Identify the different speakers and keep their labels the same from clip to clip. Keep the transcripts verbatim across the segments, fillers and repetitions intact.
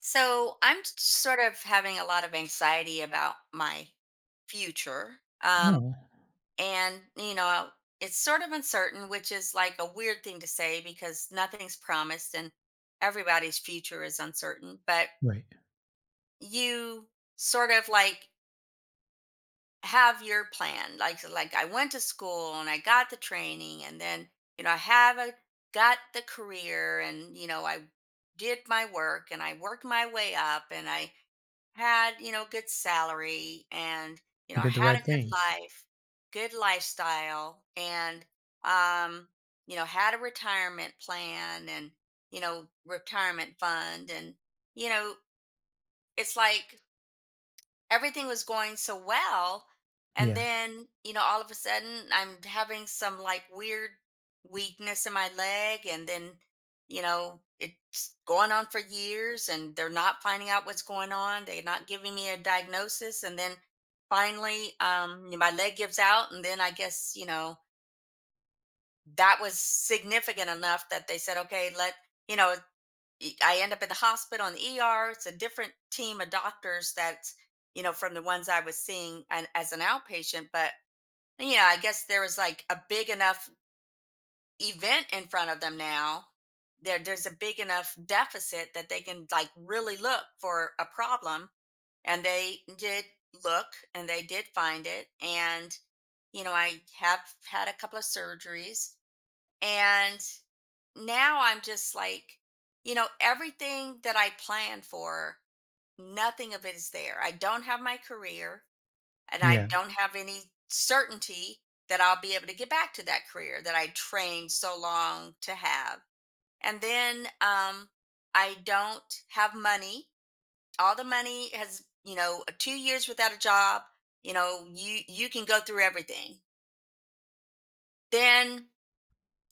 Speaker 1: So I'm s- sort of having a lot of anxiety about my future. Um,
Speaker 2: Oh,
Speaker 1: and, you know, it's sort of uncertain, which is like a weird thing to say because nothing's promised and everybody's future is uncertain. But
Speaker 2: right.
Speaker 1: you sort of like have your plan. Like, like I went to school and I got the training and then, you know, I have a, got the career and, you know, I did my work and I worked my way up and I had, you know, good salary and, you
Speaker 2: He
Speaker 1: know,
Speaker 2: did the
Speaker 1: had a
Speaker 2: right
Speaker 1: good
Speaker 2: things.
Speaker 1: life, good lifestyle and um you know, had a retirement plan and, you know, retirement fund and, you know, it's like everything was going so well. And
Speaker 2: Yeah,
Speaker 1: then, you know, all of a sudden I'm having some like weird weakness in my leg. And then, you know, it's going on for years and they're not finding out what's going on, they're not giving me a diagnosis. And then finally um my leg gives out, and then I guess, you know, that was significant enough that they said, okay, let you know e- I end up in the hospital in the E R. It's a different team of doctors that's, you know, from the ones I was seeing and as an outpatient. But, you know, I guess there was like a big enough event in front of them now. There, there's a big enough deficit that they can like really look for a problem. And they did look, and they did find it. And, you know, I have had a couple of surgeries, and now I'm just like, you know, everything that I planned for, nothing of it is there. I don't have my career and I
Speaker 2: yeah,
Speaker 1: don't have any certainty that I'll be able to get back to that career that I trained so long to have. And then um, I don't have money. All the money has, you know, two years without a job. You know, you you can go through everything. Then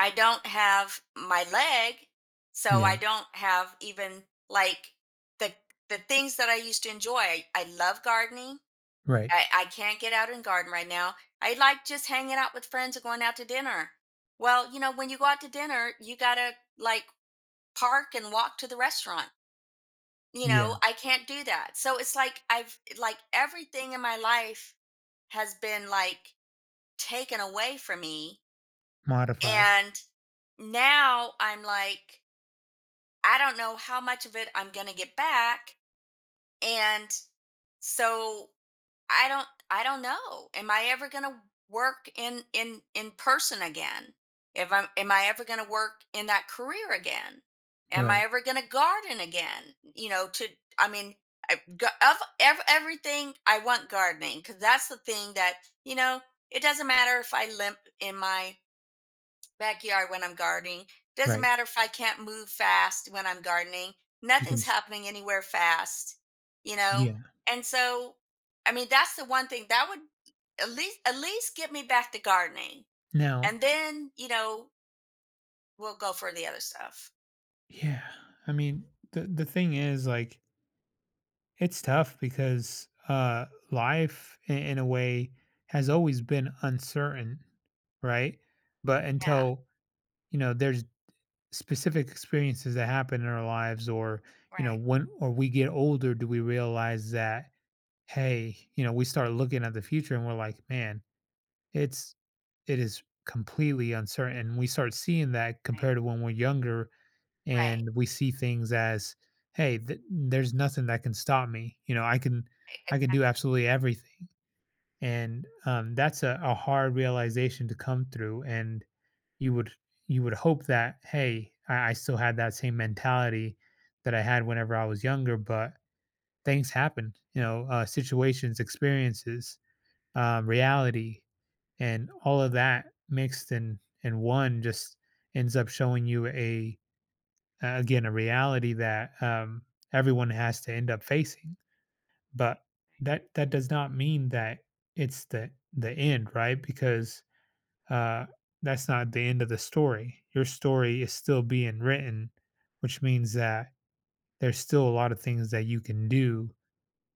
Speaker 1: I don't have my leg, so
Speaker 2: yeah,
Speaker 1: I don't have even like the the things that I used to enjoy. I, I love gardening.
Speaker 2: right.
Speaker 1: I, I can't get out and garden right now. I like just hanging out with friends and going out to dinner. Well, you know, when you go out to dinner, you gotta like park and walk to the restaurant. You
Speaker 2: Yeah,
Speaker 1: know, I can't do that. So it's like I've like everything in my life has been like taken away from me.
Speaker 2: modified.
Speaker 1: And now I'm like, I don't know how much of it I'm going to get back, and so I don't I don't know. Am I ever going to work in in in person again? If I'm am I ever going to work in that career again? Am I
Speaker 2: Right,
Speaker 1: ever going to garden again? You know, to, I mean, I, g- of ev- everything I want gardening, because that's the thing that, you know, it doesn't matter if I limp in my backyard when I'm gardening. Doesn't
Speaker 2: right.
Speaker 1: matter if I can't move fast when I'm gardening.
Speaker 2: You can
Speaker 1: Nothing's
Speaker 2: s
Speaker 1: happening anywhere fast, you know?
Speaker 2: yeah.
Speaker 1: And so, I mean, that's the one thing that would at least at least get me back to gardening.
Speaker 2: Now
Speaker 1: And then, you know, we'll go for the other stuff.
Speaker 2: yeah, I mean, the the thing is, like, it's tough because, uh, life I in a way has always been uncertain, right? But
Speaker 1: Yeah.
Speaker 2: until, you know, there's specific experiences that happen in our lives or, you know,
Speaker 1: Right.
Speaker 2: when or we get older, do we realize that hey, you know, we start looking at the future and we're like, man, it's it is completely uncertain. And we start seeing that
Speaker 1: Right.
Speaker 2: compared to when we're younger
Speaker 1: Right.
Speaker 2: and we see things as, hey, th- there's nothing that can stop me. You know, I can
Speaker 1: e-
Speaker 2: I can do
Speaker 1: exact-
Speaker 2: absolutely everything. And um, that's a, a hard realization to come through. And you would you would hope that, hey, I, I still had that same mentality that I had whenever I was younger, but things happen, you know, uh, situations, experiences um, reality and all of that mixed in in one just ends up showing you a uh, again a reality that um, everyone has to end up facing but that that does not mean that it's the the end, right? Because uh, that's not the end of the story. Your story is still being written, which means that there's still a lot of things that you can do,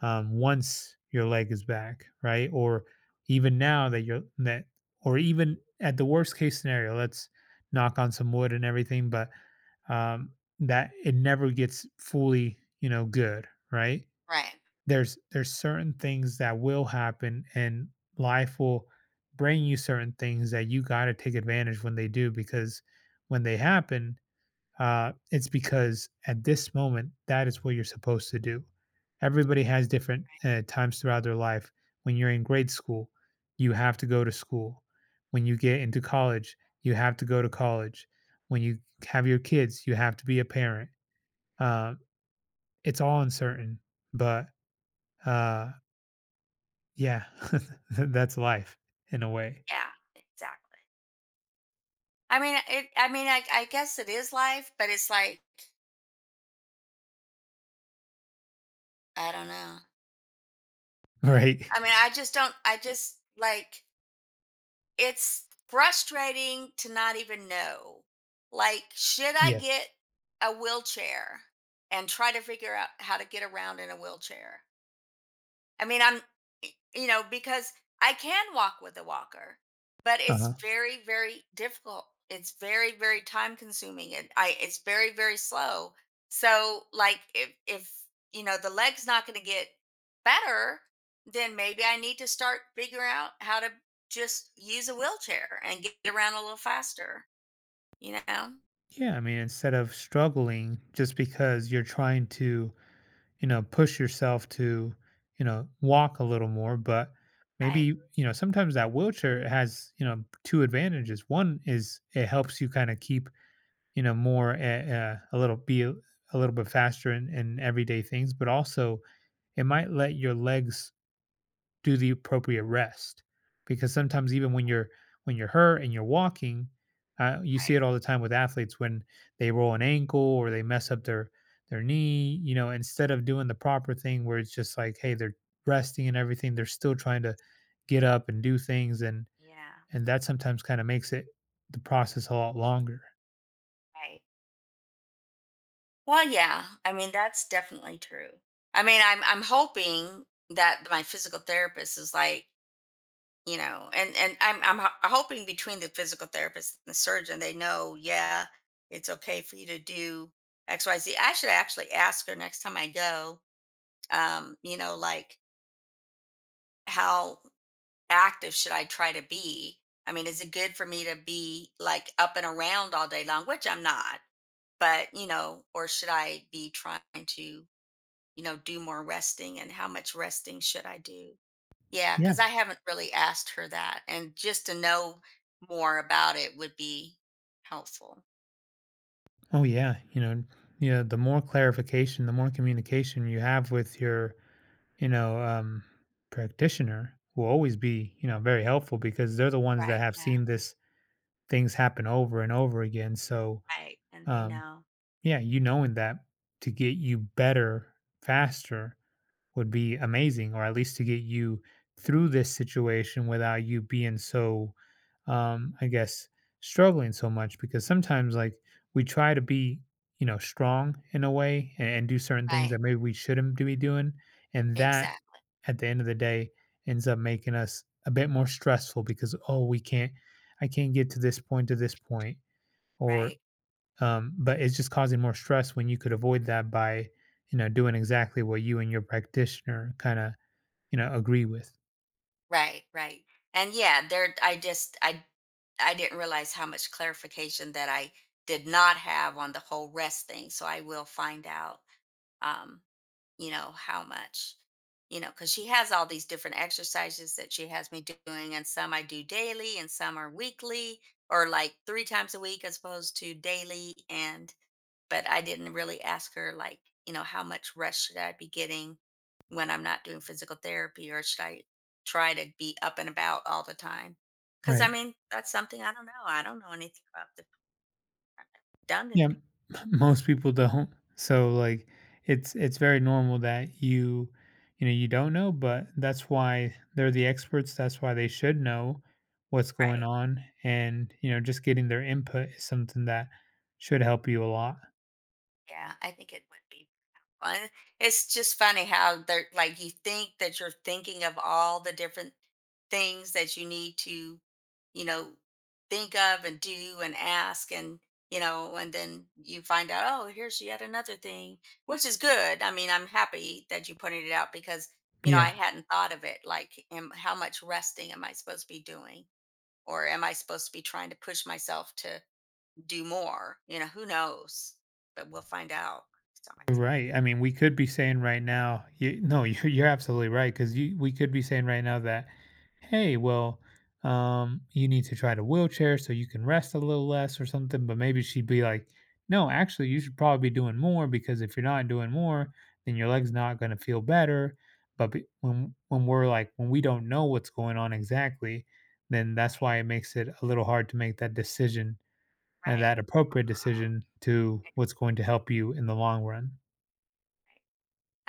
Speaker 2: um, once your leg is back, right? Or even now that you're that, or even at the worst case scenario, let's knock on some wood and everything, but um, that it never gets fully, you know, good, right?
Speaker 1: Right.
Speaker 2: There's there's certain things that will happen, and life will bring you certain things that you got to take advantage when they do, because when they happen, uh, it's because at this moment that is what you're supposed to do. Everybody has different uh, times throughout their life. When you're in grade school, you have to go to school. When you get into college, you have to go to college. When you have your kids, you have to be a parent. uh, it's all uncertain, but uh, yeah, that's life in a way.
Speaker 1: Yeah. Exactly. I mean, it I mean, I I guess it is life, but it's like I don't know.
Speaker 2: Right.
Speaker 1: I mean, I just don't I just like It's frustrating to not even know. Like, should I
Speaker 2: Yes.
Speaker 1: get a wheelchair and try to figure out how to get around in a wheelchair? I mean, I'm, you know, because I can walk with a walker, but it's
Speaker 2: Uh-huh.
Speaker 1: very, very difficult. It's very, very time consuming, and I it's very, very slow. So like if if, you know, the leg's not gonna get better, then maybe I need to start figuring out how to just use a wheelchair and get around a little faster, you know?
Speaker 2: Yeah, I mean, instead of struggling just because you're trying to, you know, push yourself to, you know, walk a little more. But
Speaker 1: Right,
Speaker 2: maybe, you know, sometimes that wheelchair has, you know, two advantages. One is it helps you kind of keep, you know, more a, a little be a, a little bit faster in, in everyday things, but also it might let your legs do the appropriate rest, because sometimes even when
Speaker 1: right,
Speaker 2: you're when you're hurt and you're walking, uh, you see
Speaker 1: right.
Speaker 2: it all the time with athletes when they roll an ankle or they mess up their their knee. You know, instead of doing the proper thing where it's just like hey they're resting and everything, they're still trying to get up and do things, and
Speaker 1: Yeah,
Speaker 2: and that sometimes kind of makes it the process a lot longer.
Speaker 1: right. Well, yeah. I mean, that's definitely true. I mean, I'm I'm hoping that my physical therapist is like, you know, and and I'm I'm ho- hoping between the physical therapist and the surgeon, they know, yeah, it's okay for you to do X, Y, Z. I should actually ask her next time I go, um, you know, like how active should I try to be? I mean, is it good for me to be like up and around all day long, which I'm not, but you know, or should I be trying to, you know, do more resting, and how much resting should I do? Yeah, because
Speaker 2: Yeah.
Speaker 1: I haven't really asked her that. And just to know more about it would be helpful.
Speaker 2: Oh yeah, you know, you know, the more clarification the more communication you have with your, you know, um, practitioner will always be, you know, very helpful because they're the ones that
Speaker 1: Right.
Speaker 2: have
Speaker 1: Yeah.
Speaker 2: seen this things happen over and over again. So,
Speaker 1: Right. And they
Speaker 2: um,
Speaker 1: know.
Speaker 2: yeah, you knowing that to get you better faster would be amazing, or at least to get you through this situation without you being so, um, I guess, struggling so much. Because sometimes, like, we try to be, you know, strong in a way and, and do certain things
Speaker 1: Right.
Speaker 2: that maybe we shouldn't be doing. And that,
Speaker 1: Exactly.
Speaker 2: at the end of the day, ends up making us a bit more stressful because, oh, we can't, I can't get to this point to this point, or
Speaker 1: Right.
Speaker 2: um, but it's just causing more stress when you could avoid that by, you know, doing exactly what you and your practitioner kind of, you know, agree with.
Speaker 1: Right. Right. And yeah, there I just I I didn't realize how much clarification that I did not have on the whole rest thing. So I will find out. um, you know, how much, you know, because she has all these different exercises that she has me doing, and some I do daily, and some are weekly, or like three times a week as opposed to daily. And, but I didn't really ask her, like, you know, how much rest should I be getting when I'm not doing physical therapy, or should I try to be up and about all the time? Because I
Speaker 2: Right.
Speaker 1: mean, that's something I don't know. I don't know anything about the done
Speaker 2: Yeah.
Speaker 1: it
Speaker 2: M- most people don't. So like it's it's very normal that you you know, you don't know, but that's why they're the experts. That's why they should know what's going
Speaker 1: right.
Speaker 2: on, and you know, just getting their input is something that should help you a lot.
Speaker 1: Yeah, I think it would be fun. It's just funny how they're like you think that you're thinking of all the different things that you need to, you know, think of and do and ask and, you know, and then you find out, oh, here's yet another thing, which is good. I mean, I'm happy that you pointed it out because, you know,
Speaker 2: Yeah.
Speaker 1: I hadn't thought of it like am, how much resting am I supposed to be doing? Or am I supposed to be trying to push myself to do more. You know, who knows? But we'll find out. So
Speaker 2: You're
Speaker 1: it's
Speaker 2: right. I mean, we could be saying right now, you, no, you're, you're absolutely right, because we could be saying right now that, hey, well, um, you need to try the wheelchair so you can rest a little less or something. But maybe she'd be like, no, actually, you should probably be doing more, because if you're not doing more, then your leg's not going to feel better. But be- when when we're like when we don't know what's going on exactly, then that's
Speaker 1: right,
Speaker 2: why it makes it a little hard to make that decision and
Speaker 1: right,
Speaker 2: that appropriate
Speaker 1: wrong,
Speaker 2: decision to
Speaker 1: right,
Speaker 2: what's going to help you in the long run.
Speaker 1: right.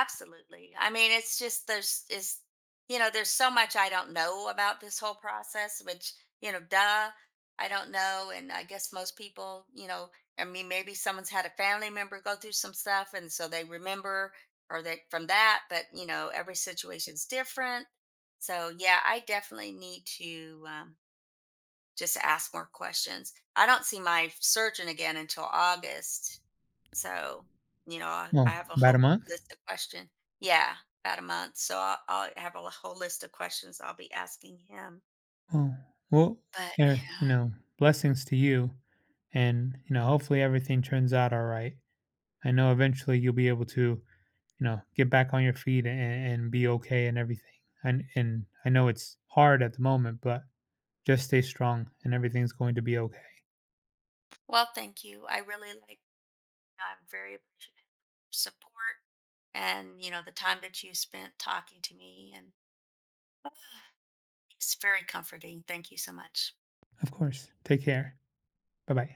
Speaker 1: Absolutely. I mean, it's just there's is you know, there's so much I don't know about this whole process, which, you know, duh, I don't know. And I guess most people, you know, I mean, maybe someone's had a family member go through some stuff and so they remember or they from that, but you know, every situation's different. So yeah, I definitely need to um just ask more questions. I don't see my surgeon again until August. So, you know, I, I
Speaker 2: Oh,
Speaker 1: have a
Speaker 2: about a
Speaker 1: whole
Speaker 2: month?
Speaker 1: list of questions. Yeah, about a month. So I'll, I'll have a whole list of questions I'll be asking him.
Speaker 2: Oh, well,
Speaker 1: But
Speaker 2: eh, you
Speaker 1: yeah,
Speaker 2: know, blessings to you. And, you know, hopefully everything turns out all right. I know eventually you'll be able to, you know, get back on your feet and, and be okay and everything. And, and I know it's hard at the moment, but just stay strong and everything's going to be okay.
Speaker 1: well, thank you. I really like, I'm very appreciative of support and, you know, the time that you spent talking to me. And it's very comforting. Thank you so much.
Speaker 2: Of course. Take care. Bye bye.